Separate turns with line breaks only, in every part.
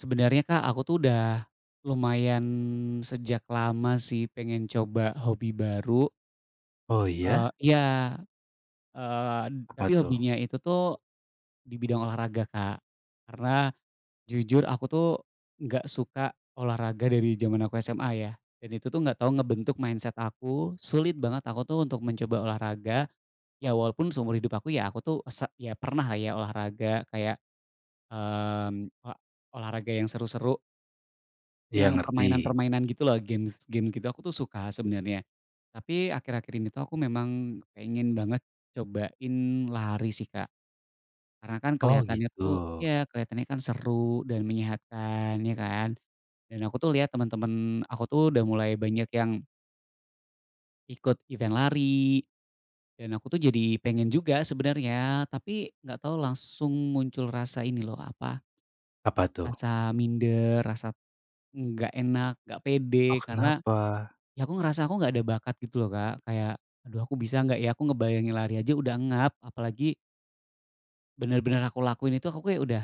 Sebenarnya Kak, aku tuh udah lumayan sejak lama sih pengen coba hobi baru,
Oh iya?
iya, eee,
Apa
tapi
tuh?
hobinya itu tuh di bidang olahraga, Kak. Karena jujur aku tuh nggak suka olahraga dari zaman aku SMA, ya, dan itu tuh nggak tahu ngebentuk mindset aku, sulit banget aku tuh untuk mencoba olahraga. Ya walaupun seumur hidup aku, ya, aku tuh ya pernah lah ya olahraga kayak, mmm, ola olahraga yang seru-seru,
Dia
yang
ngerti?
permainan-permainan gitu loh, games games gitu aku tuh suka sebenarnya. Tapi akhir-akhir ini tuh aku memang pengen banget cobain lari sih, Kak. Karena kan
Oh
kelihatannya
gitu.
tuh, iya, kelihatannya kan seru dan menyehatkan, ya kan. Dan aku tuh lihat teman-teman aku tuh udah mulai banyak yang ikut event lari, dan aku tuh jadi pengen juga sebenarnya, tapi nggak tahu langsung muncul rasa ini loh, apa,
Apa tuh?
rasa minder, rasa nggak enak, nggak
Oh
pede karena.
kenapa?
Ya aku ngerasa aku nggak ada bakat gitu loh Kak, kayak, "Aduh aku bisa nggak ya?" Aku ngebayangin lari aja udah ngap, apalagi bener-bener aku lakuin itu, aku kayak udah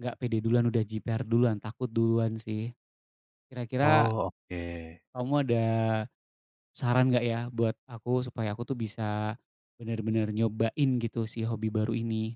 nggak pede duluan, udah jiper duluan, takut duluan sih. Kira-kira
Oh oke.
kamu ada saran nggak ya buat aku supaya aku tuh bisa bener-bener nyobain gitu si hobi baru ini?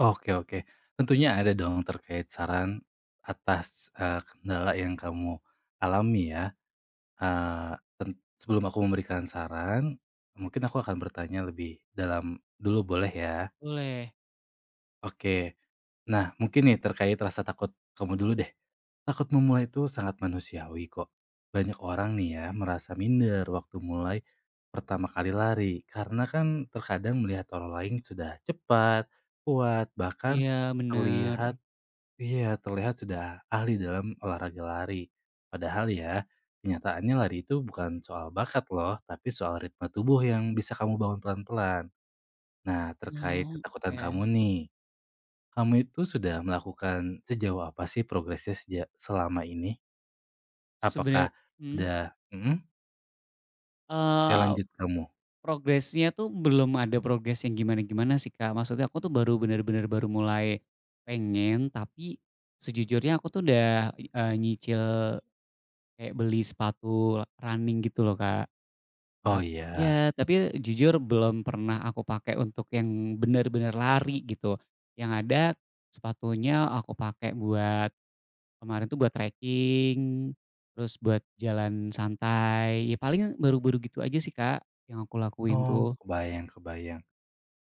Oke, oke. Tentunya ada dong terkait saran atas, kendala yang kamu alami ya, eee, ten sebelum aku memberikan saran, mungkin aku akan bertanya lebih dalam dulu boleh ya?
Boleh.
Oke. Nah, mungkin nih terkait rasa takut kamu dulu deh. Takut memulai itu sangat manusiawi kok. Banyak orang nih ya merasa minder waktu mulai pertama kali lari. Karena kan terkadang melihat orang lain sudah cepat, kuat, bahkan
Iya bener.
terlihat, iya, terlihat sudah ahli dalam olahraga lari. Padahal ya kenyataannya lari itu bukan soal bakat loh, tapi soal ritme tubuh yang bisa kamu bangun pelan-pelan. Nah, terkait
Oh,
ketakutan
oke.
kamu nih, kamu itu sudah melakukan sejauh apa sih progresnya sejak selama ini? Apakah
Sebenar mhm?
udah mhm, ya lanjut kamu?
Progresnya tuh belum ada progres yang gimana-gimana sih, Kak. Maksudnya aku tuh baru bener-bener baru mulai pengen, tapi sejujurnya aku tuh udah, nyicil kayak beli sepatu running gitu loh, Kak.
Oh
Tapi
iya,
ya tapi jujur belum pernah aku pakai untuk yang bener-bener lari gitu. Yang ada sepatunya aku pakai buat kemarin tuh buat trekking, terus buat jalan santai, ya paling baru-baru gitu aja sih, Kak, yang aku lakuin
oh
tuh.
kebayang, kebayang.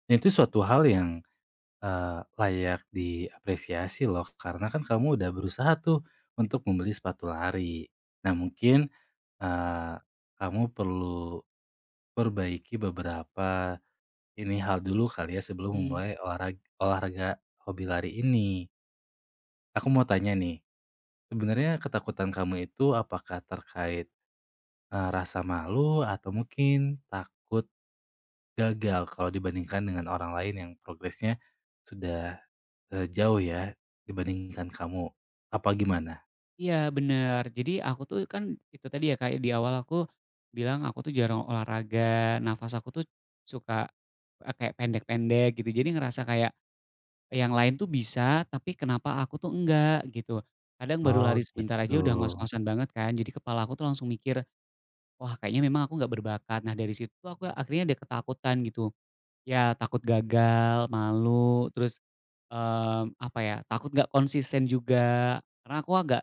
Dan itu suatu hal yang, layak diapresiasi loh karena kan kamu udah berusaha tuh untuk membeli sepatu lari. Nah mungkin, eee, kamu perlu perbaiki beberapa ini hal dulu kali ya sebelum
Mhm.
memulai olahraga hobi lari ini. Aku mau tanya nih, sebenarnya ketakutan kamu itu apakah terkait, rasa malu atau mungkin takut gagal kalau dibandingkan dengan orang lain yang progresnya sudah, jauh ya dibandingkan kamu, apa gimana?
Iya bener. Jadi aku tuh kan itu tadi ya, kayak di awal aku bilang aku tuh jarang olahraga, nafas aku tuh suka, kayak pendek-pendek gitu. Jadi ngerasa kayak yang lain tuh bisa, tapi kenapa aku tuh enggak gitu. Kadang baru
Oh
lari sebentar
gitu.
aja udah ngos-ngosan banget kan, jadi kepala aku tuh langsung mikir, "Wah kayaknya memang aku nggak berbakat." Nah dari situ tuh aku akhirnya ada ketakutan gitu. Ya takut gagal, malu, terus, apa ya, takut nggak konsisten juga. Karena aku agak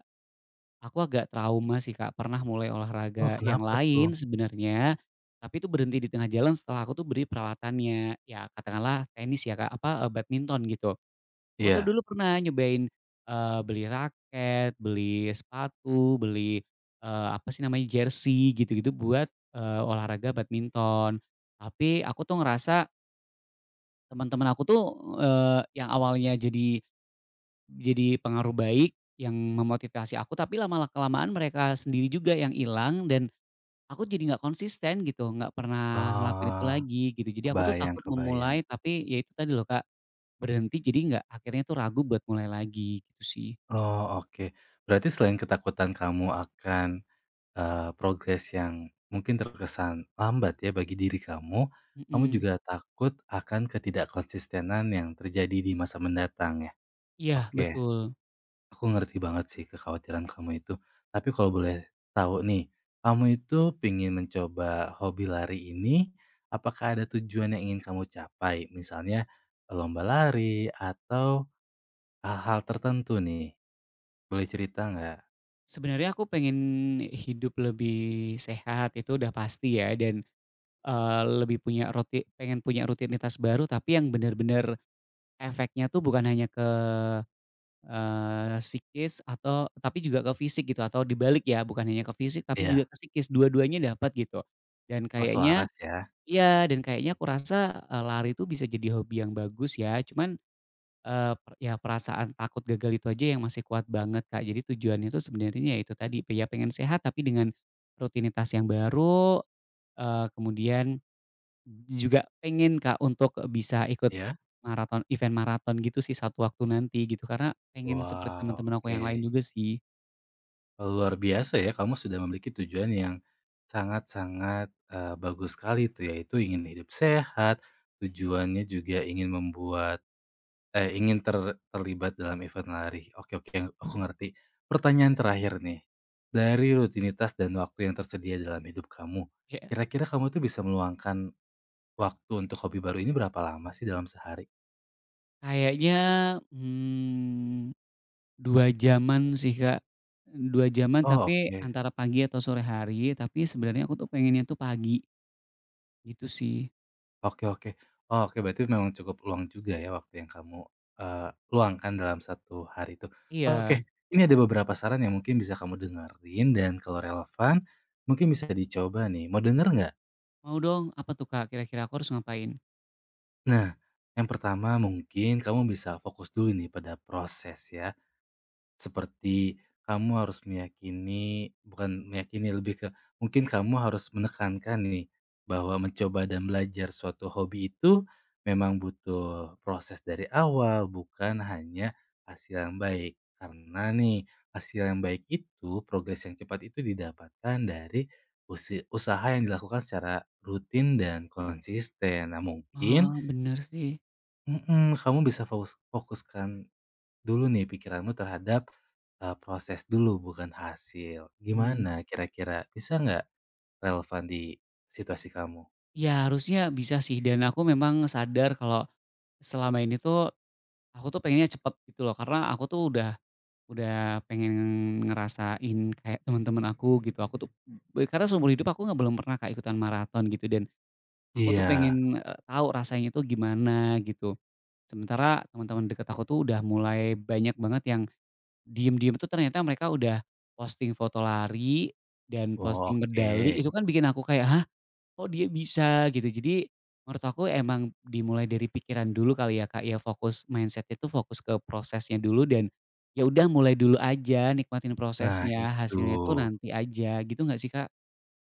Aku agak trauma sih, Kak, pernah mulai
Oh
olahraga yang
kenapa tuh?
lain sebenarnya, tapi itu berhenti di tengah jalan setelah aku tuh beri peralatannya, ya katakanlah tenis ya, Kak, apa, badminton gitu. Aku tuh
Iya.
dulu pernah nyobain, beli raket, beli sepatu, beli, apa sih namanya, jersey gitu-gitu buat, olahraga badminton. Tapi aku tuh ngerasa teman-teman aku tuh, yang awalnya jadi pengaruh baik yang memotivasi aku, tapi lama-kelamaan mereka sendiri juga yang hilang dan aku jadi nggak konsisten gitu, nggak pernah ngelakuin itu
Oh,
lagi gitu. Jadi aku tuh
kebayang,
takut
kebayang.
memulai, tapi ya itu tadi loh Kak, berhenti, jadi nggak, akhirnya tuh ragu buat mulai lagi gitu sih.
Oh oke. Berarti selain ketakutan kamu akan, progres yang mungkin terkesan lambat ya bagi diri kamu, kamu
Mhm.
juga takut akan ketidakkonsistenan yang terjadi di masa mendatang ya.
Iya
Oke,
betul.
aku ngerti banget sih kekhawatiran kamu itu. Tapi kalau boleh tahu nih, kamu itu pengen mencoba hobi lari ini, apakah ada tujuan yang ingin kamu capai? Misalnya lomba lari atau hal-hal tertentu nih? Boleh cerita nggak?
Sebenarnya aku pengen hidup lebih sehat itu udah pasti ya, dan, lebih punya roti, pengen punya rutinitas baru tapi yang benar-benar efeknya tuh bukan hanya ke psikis atau, tapi juga ke fisik gitu, atau dibalik ya, bukan hanya ke fisik tapi
Iya.
juga ke psikis, dua-duanya dapat gitu. Dan
Oh
kayaknya,
selaras ya?
iya, dan kayaknya aku rasa, lari itu bisa jadi hobi yang bagus ya, cuman, eee, per ya perasaan takut gagal itu aja yang masih kuat banget, Kak. Jadi tujuannya itu sebenarnya ya itu tadi, ya pengen sehat tapi dengan rutinitas yang baru, kemudian juga pengen Kak untuk bisa ikut
Iya?
event maraton gitu sih satu waktu nanti gitu, karena pengen seperti
Wow,
teman-teman aku
oke.
yang lain juga sih.
Luar biasa ya, kamu sudah memiliki tujuan yang sangat-sangat, bagus sekali tuh, yaitu ingin hidup sehat, tujuannya juga ingin membuat, eh, ingin terlibat dalam event lari. Oke, oke, aku ngerti. Pertanyaan terakhir nih, dari rutinitas dan waktu yang tersedia dalam hidup kamu,
Kayak
kira-kira kamu tuh bisa meluangkan waktu untuk hobi baru ini berapa lama sih dalam sehari?
kayaknya, mmm, 2 jaman sih Kak, 2 jaman
Oh,
tapi
oke.
antara pagi atau sore hari, tapi sebenarnya aku tuh pengennya tuh pagi, gitu sih.
Oke, oke. Oh, oke, berarti memang cukup luang juga ya waktu yang kamu, luangkan dalam satu hari itu.
Iya,
Oke, ini ada beberapa saran yang mungkin bisa kamu dengerin dan kalau relevan mungkin bisa dicoba nih, mau denger nggak?
mau dong. Apa tuh Kak kira-kira aku harus ngapain?
Nah, yang pertama mungkin kamu bisa fokus dulu nih pada proses ya. Seperti kamu harus meyakini, bukan meyakini, lebih ke mungkin kamu harus menekankan nih, bahwa mencoba dan belajar suatu hobi itu memang butuh proses dari awal, bukan hanya hasil yang baik. Karena nih, hasil yang baik itu, progres yang cepat itu didapatkan dari usaha yang dilakukan secara rutin dan konsisten. Nah mungkin
Oh, bener sih.
mhm, kamu bisa fokuskan dulu nih pikiranmu terhadap, proses dulu bukan hasil.
Mmm,
Gimana kira-kira, bisa nggak relevan di situasi kamu?
iya harusnya bisa sih, dan aku memang sadar kalau selama ini tuh aku tuh pengennya cepet gitu loh, karena aku tuh udah pengen ngerasain kayak teman-teman aku gitu. Aku tuh karena seumur hidup aku nggak, belum pernah Kak, ikutan maraton gitu, dan aku tuh
Iya.
pengen, tahu rasanya tuh gimana gitu. Sementara teman-teman deket aku tuh udah mulai banyak banget yang diem-diem tuh ternyata mereka udah posting foto lari dan
Oh,
posting
oke.
medali, itu kan bikin aku kayak, "Hah? Oh dia bisa gitu." Jadi menurut aku emang dimulai dari pikiran dulu kali ya Kak, ya fokus mindset-nya itu fokus ke prosesnya dulu, dan ya udah mulai dulu aja, nikmatin
Nah
prosesnya,
itu.
hasilnya tuh nanti aja gitu, nggak sih Kak?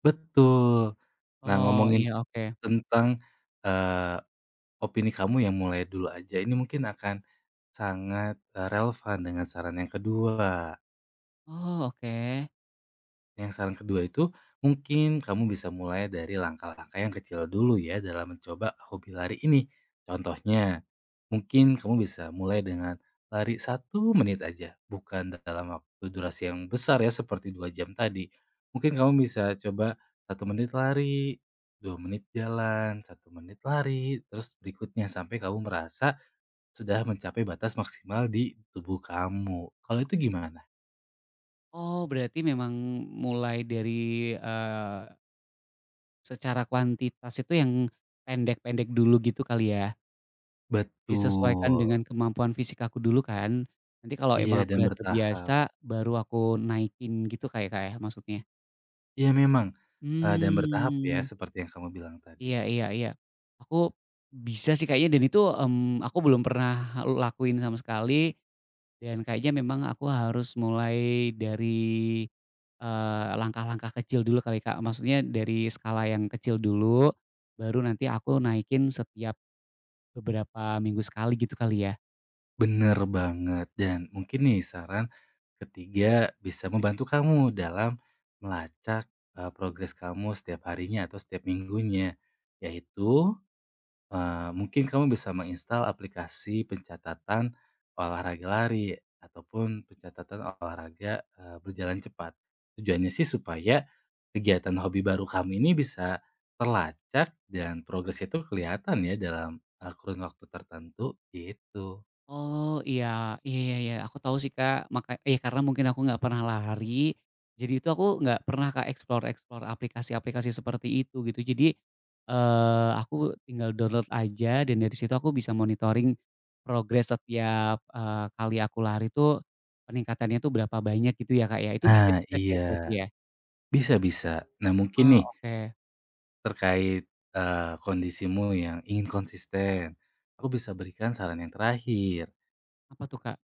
Betul. Nah
Oh
ngomongin
iya oke.
tentang, eee, opini kamu yang mulai dulu aja ini mungkin akan sangat, relevan dengan saran yang kedua.
Oh oke.
Yang saran kedua itu, mungkin kamu bisa mulai dari langkah-langkah yang kecil dulu ya dalam mencoba hobi lari ini. Contohnya, mungkin kamu bisa mulai dengan lari satu menit aja, bukan dalam waktu durasi yang besar ya seperti dua jam tadi. Mungkin kamu bisa coba satu menit lari, dua menit jalan, satu menit lari, terus berikutnya sampai kamu merasa sudah mencapai batas maksimal di tubuh kamu. Kalau itu gimana?
Oh berarti memang mulai dari, eee, secara kuantitas itu yang pendek-pendek dulu gitu kali ya? Disesuaikan
Betul.
dengan kemampuan fisik aku dulu kan, nanti kalau
Iya
emang aku
dan
udah
bertahap.
terbiasa, baru aku naikin gitu, kayak ya Kak, ya maksudnya?
Iya memang, dan bertahap ya
Mmm,
seperti yang kamu bilang tadi.
iya, iya, iya. Aku bisa sih kayaknya, dan itu, aku belum pernah lakuin sama sekali, dan kayaknya memang aku harus mulai dari, langkah-langkah kecil dulu kali Kak, maksudnya dari skala yang kecil dulu, baru nanti aku naikin setiap beberapa minggu sekali gitu kali ya?
Bener banget dan mungkin nih saran ketiga bisa membantu kamu dalam melacak, progres kamu setiap harinya atau setiap minggunya, yaitu, mungkin kamu bisa menginstal aplikasi pencatatan olahraga lari ataupun pencatatan olahraga, berjalan cepat. Tujuannya sih supaya kegiatan hobi baru kamu ini bisa terlacak dan progresnya itu kelihatan ya dalam, kurun waktu tertentu, gitu.
Oh, iya, iya, iya, iya, aku tahu sih, Kak, maka iya karena mungkin aku nggak pernah lari, jadi itu aku nggak pernah, Kak, explore-explore aplikasi-aplikasi seperti itu gitu. Jadi, aku tinggal download aja, dan dari situ aku bisa monitoring progres setiap, kali aku lari tuh peningkatannya tuh berapa banyak gitu ya, Kak, ya? Itu bisa
Nah
di-track ya
iya,
berarti ya?
bisa, bisa. Nah mungkin
Ah
nih
oke.
terkait, kondisimu yang ingin konsisten, aku bisa berikan saran yang terakhir.
Apa tuh, Kak?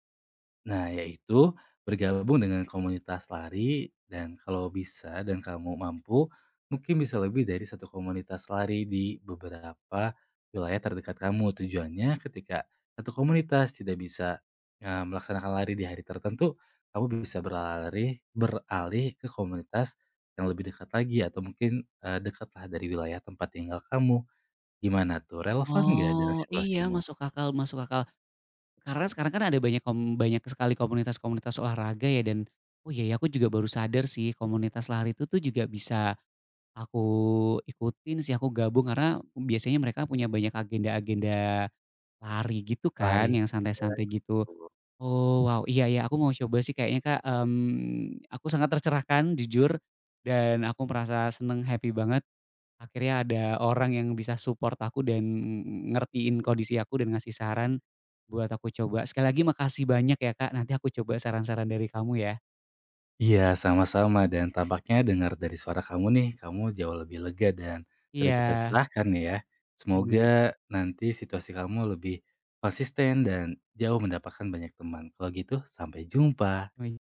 Nah, yaitu bergabung dengan komunitas lari dan kalau bisa dan kamu mampu, mungkin bisa lebih dari satu komunitas lari di beberapa wilayah terdekat kamu. Tujuannya ketika satu komunitas tidak bisa, eh, melaksanakan lari di hari tertentu, kamu bisa beralih ke komunitas yang lebih dekat lagi atau mungkin eh, dekatlah dari wilayah tempat tinggal kamu. Gimana tuh? Relevan nggak dengan
Oh, iya
situasimu?
masuk akal, masuk akal. Karena sekarang kan ada banyak, banyak sekali komunitas-komunitas olahraga ya, dan, oh iya ya, aku juga baru sadar sih komunitas lari itu tuh juga bisa aku ikutin sih, aku gabung karena biasanya mereka punya banyak agenda-agenda lari gitu kan
Lari.
yang
Ya,
santai-santai gitu.
betul.
Oh wow, iya ya aku mau coba sih kayaknya Kak, aku sangat tercerahkan jujur, dan aku merasa seneng, happy banget. Akhirnya ada orang yang bisa support aku dan ngertiin kondisi aku dan ngasih saran buat aku coba. Sekali lagi makasih banyak ya Kak, nanti aku coba saran-saran dari kamu ya.
Iya, sama-sama dan tampaknya dengar dari suara kamu nih, kamu jauh lebih lega dan sedikit
Iya,
tercerahkan nih ya. Semoga
bener.
nanti situasi kamu lebih konsisten dan jauh mendapatkan banyak teman. Kalau gitu, sampai jumpa.
Sampai